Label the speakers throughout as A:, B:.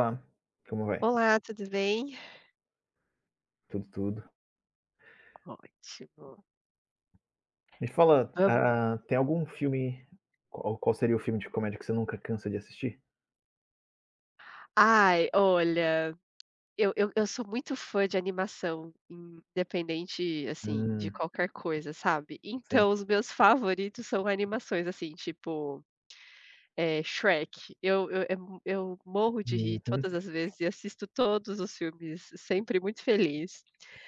A: Olá, como vai?
B: Olá, tudo bem?
A: Tudo, tudo.
B: Ótimo.
A: Me fala,
B: Vamos.
A: tem algum filme qual seria o filme de comédia que você nunca cansa de assistir?
B: Ai, olha, eu sou muito fã de animação, independente, assim, de
A: Hum,
B: qualquer coisa, sabe. Então
A: sim.
B: os meus favoritos são animações, assim, tipo, Shrek. Eu morro de rir
A: Uhum,
B: todas as vezes e assisto todos os filmes sempre muito feliz.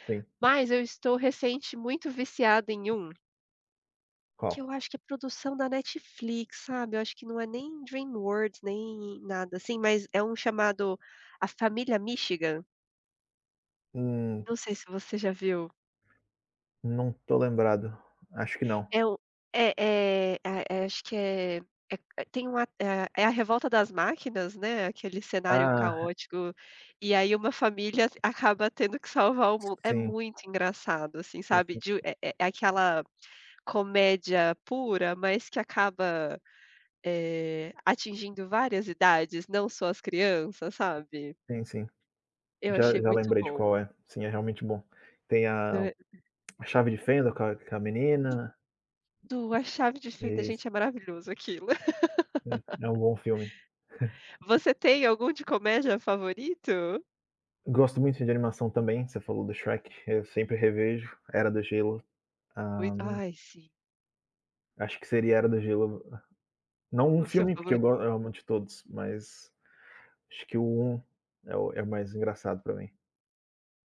A: sim.
B: Mas eu estou recente muito viciada em um que
A: Qual?
B: eu acho que é produção da Netflix, sabe, eu acho que não é nem DreamWorks nem nada assim, mas é um chamado A Família Michigan,
A: Hum,
B: não sei se você já viu.
A: não tô lembrado. Acho que não.
B: É um é é a é acho que é é é tem uma A revolta das máquinas, né, aquele cenário
A: Ah,
B: caótico, e aí uma família acaba tendo que salvar o mundo. É
A: sim,
B: muito engraçado, assim,
A: sim,
B: sabe,
A: sim,
B: de é é é aquela comédia pura, mas que acaba, atingindo várias idades, não só as crianças, sabe.
A: sim, sim.
B: Eu
A: Já
B: achei
A: já
B: muito
A: lembrei de
B: bom,
A: qual é. Sim, é realmente bom. Tem a
B: né.
A: A Chave de Fenda com a menina.
B: Isso, a chave de fenda,
A: É isso,
B: gente, é maravilhoso aquilo.
A: sim, é um bom filme.
B: Você tem algum de comédia favorito?
A: Gosto muito de animação também, você falou do Shrek, eu sempre revejo, Era do Gelo. Ah,
B: Muito, ai sim,
A: acho que seria Era do Gelo. Não um
B: o seu
A: filme, porque
B: favorito.
A: eu amo de todos, mas acho que o um é o mais engraçado pra mim.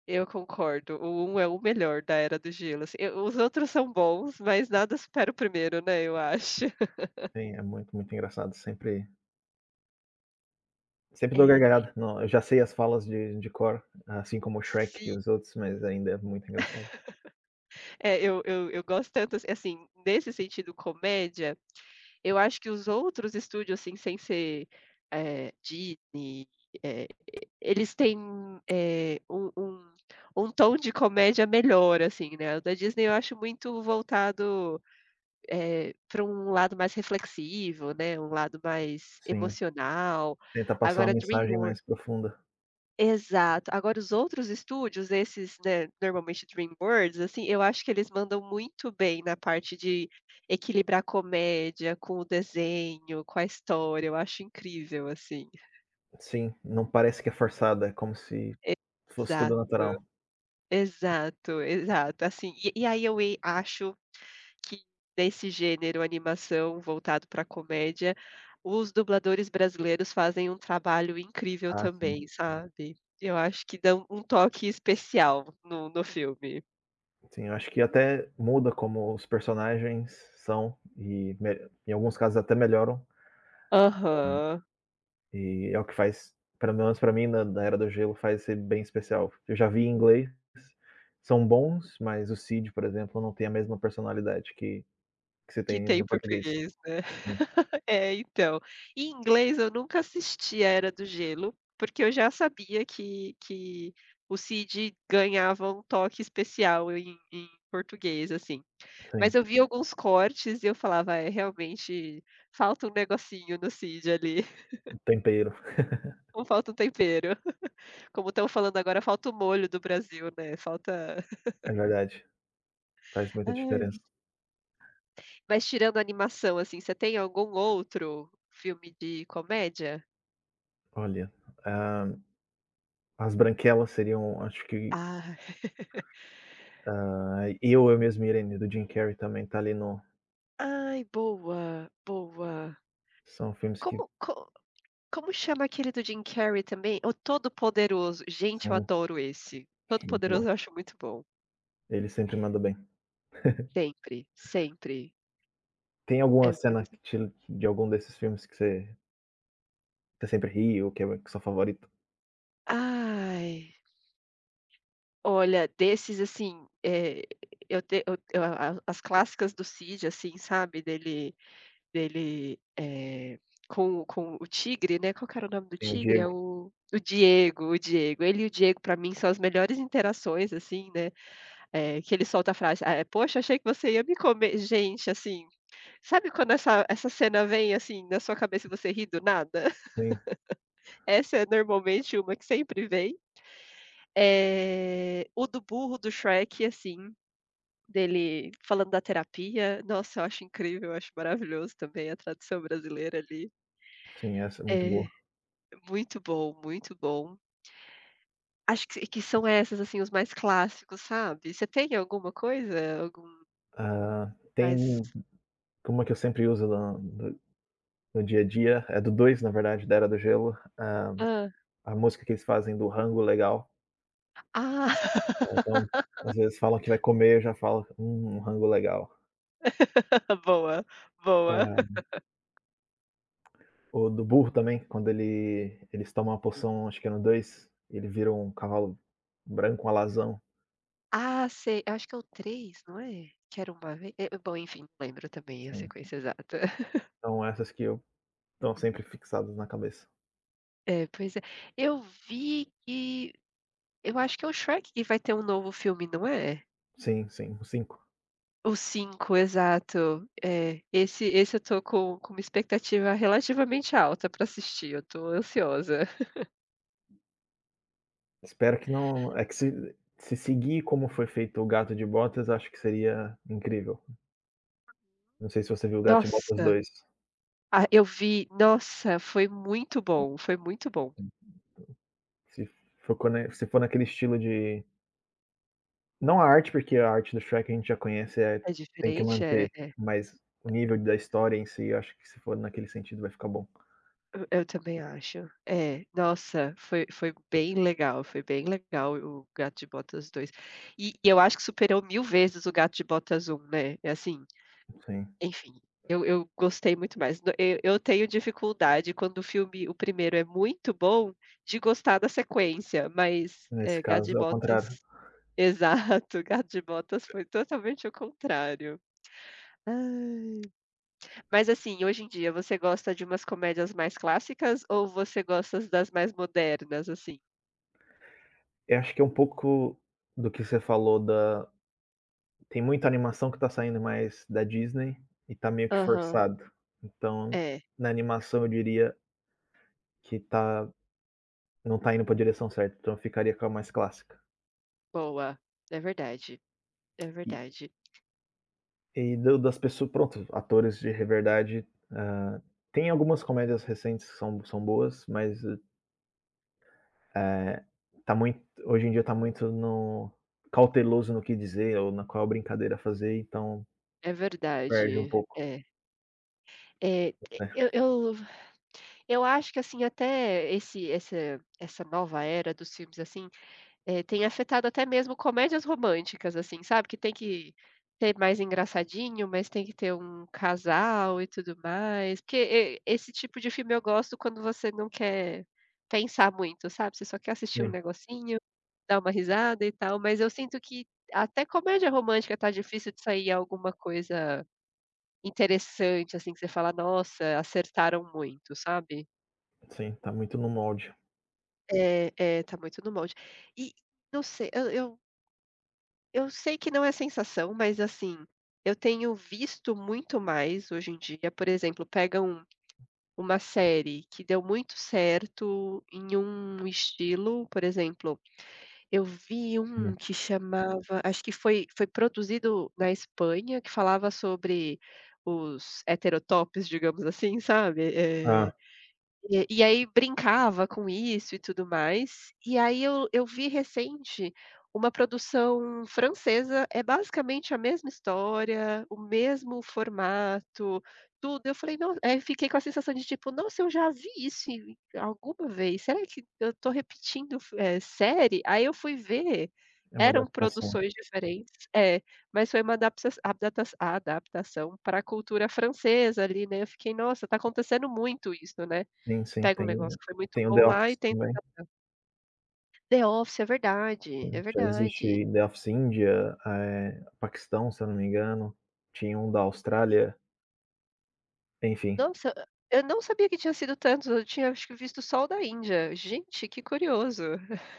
B: Eu concordo, o um é o melhor da Era do Gelo, assim, eu os outros são bons, mas nada supera o primeiro, né, eu acho.
A: Sim, é muito, muito engraçado, sempre dou
B: É,
A: gargalhada. Não, eu já sei as falas de cor, assim como o Shrek e
B: sim.
A: os outros, mas ainda é muito engraçado.
B: É, eu gosto tanto, assim, assim, nesse sentido comédia. Eu acho que os outros estúdios, assim, sem ser, Disney, eh, eles têm, eh, um um um tom de comédia melhor, assim, né. O da Disney eu acho muito voltado para um lado mais reflexivo, né, um lado mais
A: Sim,
B: emocional.
A: tenta passar
B: Agora
A: uma mensagem
B: DreamWor
A: mais profunda.
B: Exato. Agora os outros estúdios, esses, né, normalmente DreamWorks, assim, eu acho que eles mandam muito bem na parte de equilibrar comédia com o desenho, com a história, eu acho incrível, assim.
A: Sim, não parece que é forçada, é como se fosse tudo
B: Exato,
A: natural.
B: exato, exato. Assim, e aí eu acho que nesse gênero animação voltado para comédia, os dubladores brasileiros fazem um trabalho incrível
A: Ah, sim.
B: também, sabe. Eu acho que dão um toque especial no filme.
A: Sim, eu acho que até muda como os personagens são e me em alguns casos até melhoram.
B: Aham.
A: E é o que faz, pelo menos pra mim, na Era do Gelo, faz ser bem especial. Eu já vi em inglês, são bons, mas o Cid, por exemplo, não tem a mesma personalidade que você
B: Que
A: tem
B: tem
A: no
B: em
A: português.
B: português, né.
A: Sim,
B: É, então. Em inglês eu nunca assisti a Era do Gelo, porque eu já sabia que o Cid ganhava um toque especial em português, assim. Mas
A: sim,
B: eu vi alguns cortes e eu falava: "É, realmente falta um negocinho no Cid ali,
A: o tempero.
B: ou falta um tempero". Como estão falando agora, falta o molho do Brasil, né, falta.
A: É verdade, faz muita diferença.
B: Ai. Mas tirando a animação, assim, você tem algum outro filme de comédia?
A: Olha, hã, As Branquelas seriam, acho que,
B: Ah.
A: Eu Mesmo e Irene, do Jim Carrey também tá ali no
B: Ai, boa, boa.
A: são filmes que
B: Como co como chama aquele do Jim Carrey também? O Todo-Poderoso. Gente, eu
A: sim,
B: adoro esse.
A: muito bom.
B: Todo-Poderoso eu acho muito bom.
A: Ele sempre manda bem.
B: Sempre, sempre.
A: Tem
B: É
A: alguma cena que
B: muito
A: te de algum desses filmes que você Você Sempre Rio, que é que sua favorita.
B: Ai, olha, desses, assim, eu te eu a as clássicas do Cid, assim, sabe, dele, com o tigre, né, qual que era o nome do
A: Tem o
B: tigre? É
A: Diego,
B: o Diego, o Diego. Ele e o Diego, pra mim, são as melhores interações, assim, né. Que ele solta a frase: "Ah, poxa, achei que você ia me comer". Gente, assim, sabe quando essa cena vem, assim, na sua cabeça e você ri do nada?
A: sim,
B: Essa é normalmente uma que sempre vem. O do burro do Shrek, assim, dele falando da terapia, nossa, eu acho incrível, eu acho maravilhoso também a tradução brasileira ali.
A: sim, essa é muito boa.
B: É, muito bom, muito bom. Acho que são essas, assim, os mais clássicos, sabe. Você tem alguma coisa? Algum
A: Ah,
B: mais
A: tem uma que eu sempre uso no no dia a dia, é do 2, na verdade, da Era do Gelo,
B: hã?
A: a música que eles fazem do rango legal,
B: Ah.
A: então, às vezes falam que vai comer, eu já falo: um rango legal".
B: Boa, boa.
A: O do burro também, quando eles tomam uma poção, acho que é no 2, ele vira um cavalo branco, um alazão,
B: Ah, sei, eu acho que é o três, não é? Que era uma vez, bom, enfim, não lembro também a
A: sim.
B: sequência exata.
A: Então essas que eu estão sempre fixadas na cabeça.
B: É, pois é. Eu vi que eu acho que é o Shrek que vai ter um novo filme, não é?
A: Sim, sim, o 5.
B: O cinco, exato. É, esse eu tô com uma expectativa relativamente alta pra assistir, eu tô ansiosa.
A: Espero que não é que se seguir como foi feito o Gato de Botas, acho que seria incrível. Não sei se você viu o Gato de Botas
B: Nossa,
A: dois.
B: ah, eu vi, nossa, foi muito bom, foi muito bom.
A: Se for quando se for naquele estilo de não a arte, porque a arte do Shrek a gente já conhece, é
B: É
A: tem que
B: diferente? É,
A: manter,
B: é.
A: mas o nível da história em si, eu acho que se for naquele sentido vai ficar bom.
B: Eu também acho. É, nossa, foi bem legal, foi bem legal o Gato de Botas 2. E eu acho que superou 1000 vezes o Gato de Botas um, né, é assim,
A: Sim,
B: enfim, eu gostei muito mais. No eu tenho dificuldade quando o filme, o primeiro é muito bom, de gostar da sequência, mas,
A: nesse
B: Gato de
A: caso ao
B: Botas,
A: contrário.
B: exato, Gato de Botas foi totalmente o contrário. Ai. Mas assim, hoje em dia, você gosta de umas comédias mais clássicas ou você gosta das mais modernas, assim?
A: Eu acho que é um pouco do que você falou da tem muita animação que tá saindo mais da Disney e tá meio que
B: Aham.
A: forçado. Então,
B: É,
A: na animação eu diria que tá não tá indo pra direção certa, então eu ficaria com a mais clássica.
B: boa. É verdade, é
A: E
B: verdade,
A: e do das pessoa pronto, atores de verdade, tem algumas comédias recentes que são boas, mas, eh, tá muito hoje em dia tá muito no cauteloso no que dizer ou na qual brincadeira fazer, então
B: é
A: perde um
B: verdade.
A: pouco.
B: É, é, e
A: É,
B: eu acho que, assim, até esse essa essa nova era dos filmes, assim, é, tem afetado até mesmo comédias românticas, assim, sabe, que tem que ser mais engraçadinho, mas tem que ter um casal e tudo mais, porque esse tipo de filme eu gosto quando você não quer pensar muito, sabe, você só quer assistir um
A: sim,
B: negocinho, dar uma risada e tal, mas eu sinto que até comédia romântica tá difícil de sair alguma coisa interessante, assim, que você fala: "Nossa, acertaram muito", sabe.
A: sim, tá muito no molde.
B: É, é, tá muito no molde. E não sei, eu eu sei que não é sensação, mas assim, eu tenho visto muito mais hoje em dia, por exemplo, pega um, uma série que deu muito certo em um estilo, por exemplo, eu vi
A: Hum.
B: um que chamava, acho que foi produzido na Espanha, que falava sobre os heterotópicos, digamos assim, sabe,
A: Hã,
B: e aí brincava com isso e tudo mais, e aí eu vi recente uma produção francesa, é basicamente a mesma história, o mesmo formato, tudo, eu falei: "No", aí fiquei com a sensação de tipo: "Nossa, eu já vi isso em alguma vez, será que eu tô repetindo, série?". Aí eu fui ver,
A: é uma
B: eram
A: adaptação.
B: produções diferentes, é, mas foi uma adaptação pra cultura francesa ali, né, eu fiquei: "Nossa, tá acontecendo muito isso, né".
A: Sim, sim,
B: Pega um negócio
A: tem
B: que foi muito
A: tem o
B: bom
A: The
B: lá
A: Office
B: e tenta.
A: também.
B: The Office, é verdade, é
A: Já
B: verdade.
A: existe The Office Índia, Paquistão, se eu não me engano, tinha um da Austrália, enfim,
B: Nossa, eu não sabia que tinha sido tantos, eu tinha, acho que, visto só o da Índia. Gente, que curioso.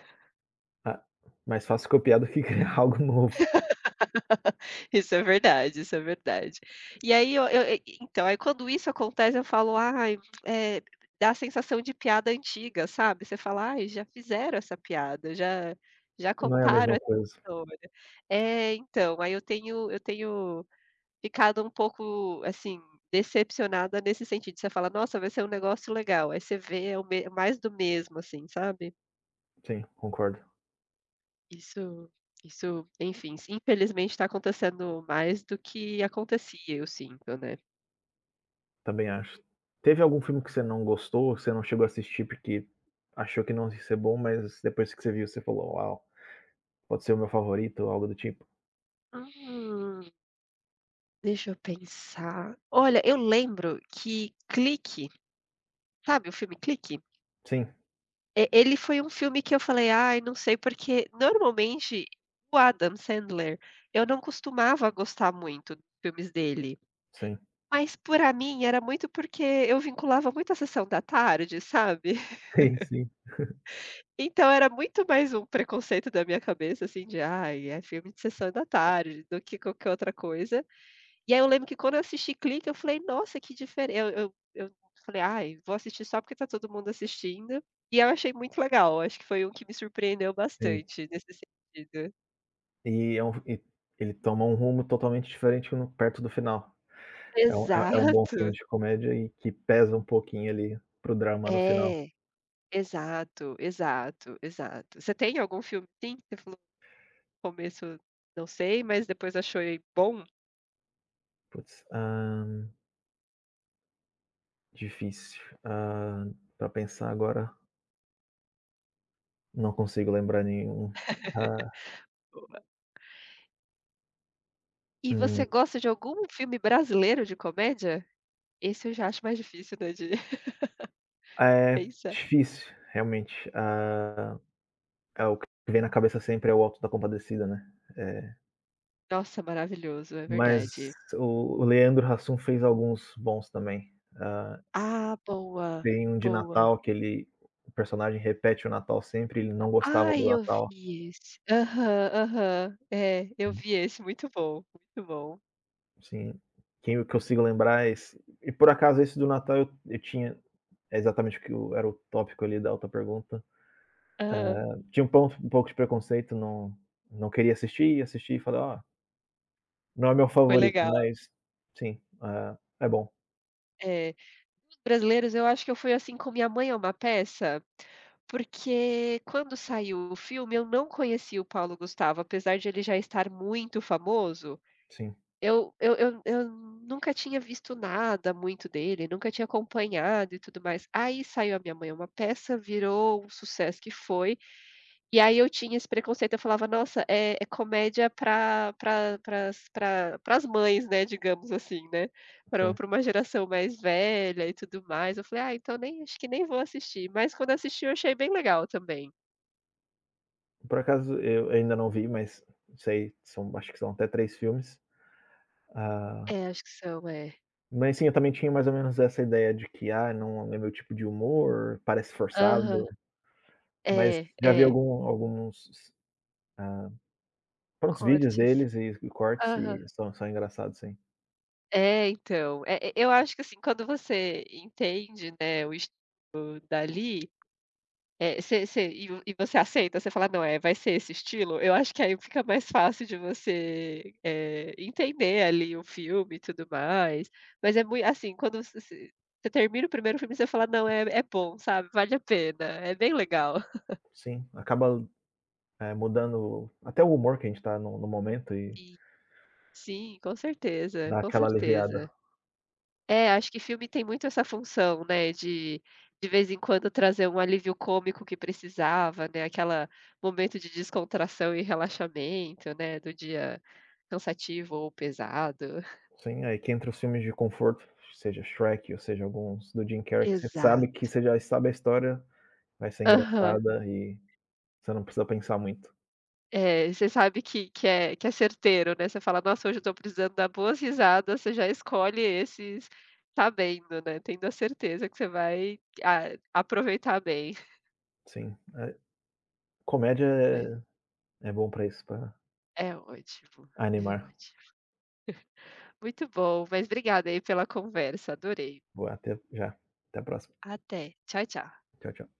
A: a mais fácil copiar do que criar algo novo.
B: Isso é verdade, isso é verdade. E aí eu e então, aí quando isso acontece eu falo: "Ai, eh, dá a sensação de piada antiga", sabe. Você fala: "Ai, já fizeram essa piada, já
A: Não é a
B: contaram
A: mesma
B: essa
A: coisa.
B: história". É, então, aí eu tenho ficado um pouco, assim, decepcionada nesse sentido. Você fala: "Nossa, vai ser um negócio legal", aí você vê, é o me mais do mesmo, assim, sabe.
A: Sim, concordo,
B: Isso isso, enfim, infelizmente está acontecendo mais do que acontecia, eu sinto, né.
A: também acho. Teve algum filme que você não gostou, que você não chegou a assistir porque achou que não ia ser bom, mas depois que você viu, você falou: "Uau, pode ser o meu favorito", ou algo do tipo?
B: Hum, Deixa eu pensar. Olha, eu lembro que Clique, sabe o filme Clique?
A: Sim,
B: E ele foi um filme que eu falei: "Ai, não sei", porque normalmente o Adam Sandler, eu não costumava gostar muito dos filmes dele.
A: sim.
B: Mas pra mim era muito porque eu vinculava muito à sessão da tarde, sabe.
A: Sim, sim,
B: Então era muito mais um preconceito da minha cabeça, assim, de: "Ai, é filme de sessão da tarde", do que qualquer outra coisa. E aí eu lembro que quando eu assisti Clique, eu falei: "Nossa, que diferen", eu falei: "Ai, vou assistir só porque tá todo mundo assistindo", e eu achei muito legal, acho que foi um que me surpreendeu
A: sim.
B: bastante nesse sentido.
A: E ele toma um rumo totalmente diferente no perto do final. É um bom
B: Exato.
A: filme de comédia e que pesa um pouquinho ali pro drama no final.
B: É, exato, exato, exato. Você tem algum filme assim que você falou: "Começo, não sei, mas depois achei bom".
A: Putz, difícil, pra pensar agora, não consigo lembrar nenhum. Ah,
B: E
A: hum,
B: você gosta de algum filme brasileiro de comédia? Esse eu já acho mais difícil, né, de
A: é
B: pensar.
A: difícil, realmente. Ah, é o que vem na cabeça sempre é o Auto da Compadecida, né. É,
B: Nossa, maravilhoso, é
A: mas
B: verdade.
A: o Leandro Hassum fez alguns bons também. Ah,
B: Ah, boa,
A: tem um de
B: boa.
A: Natal que ele o personagem repete o Natal sempre, ele não gostava do
B: Ai, eu
A: Natal.
B: vi esse. Aham, aham. É, eu vi esse, muito bom, muito bom.
A: Sim. Quem eu consigo lembrar é esse e por acaso esse do Natal eu tinha é exatamente o que o era o tópico ali da outra pergunta.
B: Aham,
A: Tinha um ponto um pouco de preconceito, não queria assistir, assisti e falei: "Ó, não é meu
B: foi
A: favorito,
B: legal.
A: mas sim, ah, é bom.
B: É. Dos brasileiros, eu acho que eu fui assim com Minha Mãe é uma Peça. Porque quando saiu o filme, eu não conhecia o Paulo Gustavo, apesar de ele já estar muito famoso,
A: Sim,
B: eu nunca tinha visto nada muito dele, nunca tinha acompanhado e tudo mais. Aí saiu A Minha Mãe é uma Peça, virou o sucesso que foi, e aí eu tinha esse preconceito, eu falava: "Nossa, é comédia para pra para as mães, né, digamos assim, né, para
A: sim".
B: pra uma geração mais velha e tudo mais". Eu falei: "Ah, então nem acho que nem vou assistir", mas quando assisti eu achei bem legal também.
A: Por acaso eu ainda não vi, mas sei, são acho que são até 3 filmes. Ah,
B: É, acho que são, é.
A: mas sim, eu também tinha mais ou menos essa ideia de que: "Ah, não é meu tipo de humor, parece
B: Aham.
A: forçado", mas
B: É,
A: já vi
B: é,
A: algum alguns, ah Para os vídeos
B: cortes.
A: deles e cortes
B: Aham.
A: e são engraçados sim.
B: É, então, é eu acho que, assim, quando você entende, né, o estilo dali, você você e você aceita, você fala: "Não, é, vai ser esse estilo", eu acho que aí fica mais fácil de você, entender ali o filme e tudo mais, mas é mui assim, quando você termina o primeiro filme, você fala: "Não, é bom, sabe, vale a pena", é bem legal.
A: Sim, acaba, mudando até o humor que a gente está no momento e
B: Sim, sim, com certeza,
A: dá
B: com
A: aquela aliviada.
B: certeza. É, acho que filme tem muito essa função, né, de vez em quando trazer um alívio cômico que precisava, né, aquela momento de descontração e relaxamento, né, do dia cansativo ou pesado.
A: Sim, aí que entra os filmes de conforto, seja Shrek ou seja alguns do Jim Carrey que você sabe que
B: Exato.
A: você já sabe a história, vai ser
B: Aham.
A: engraçada e você não precisa pensar muito.
B: É, você sabe que é certeiro, né, você fala: "Nossa, hoje eu tô precisando dar boas risadas", você já escolhe esses sabendo, né, tendo a certeza que você vai a aproveitar bem.
A: Sim,
B: Mas
A: comédia é bom para isso, para
B: é ótimo, é
A: animar.
B: ótimo. Muito bom, mas obrigada aí pela conversa, adorei.
A: Vou até já. Até a próxima.
B: Até, tchau, tchau.
A: Tchau, tchau.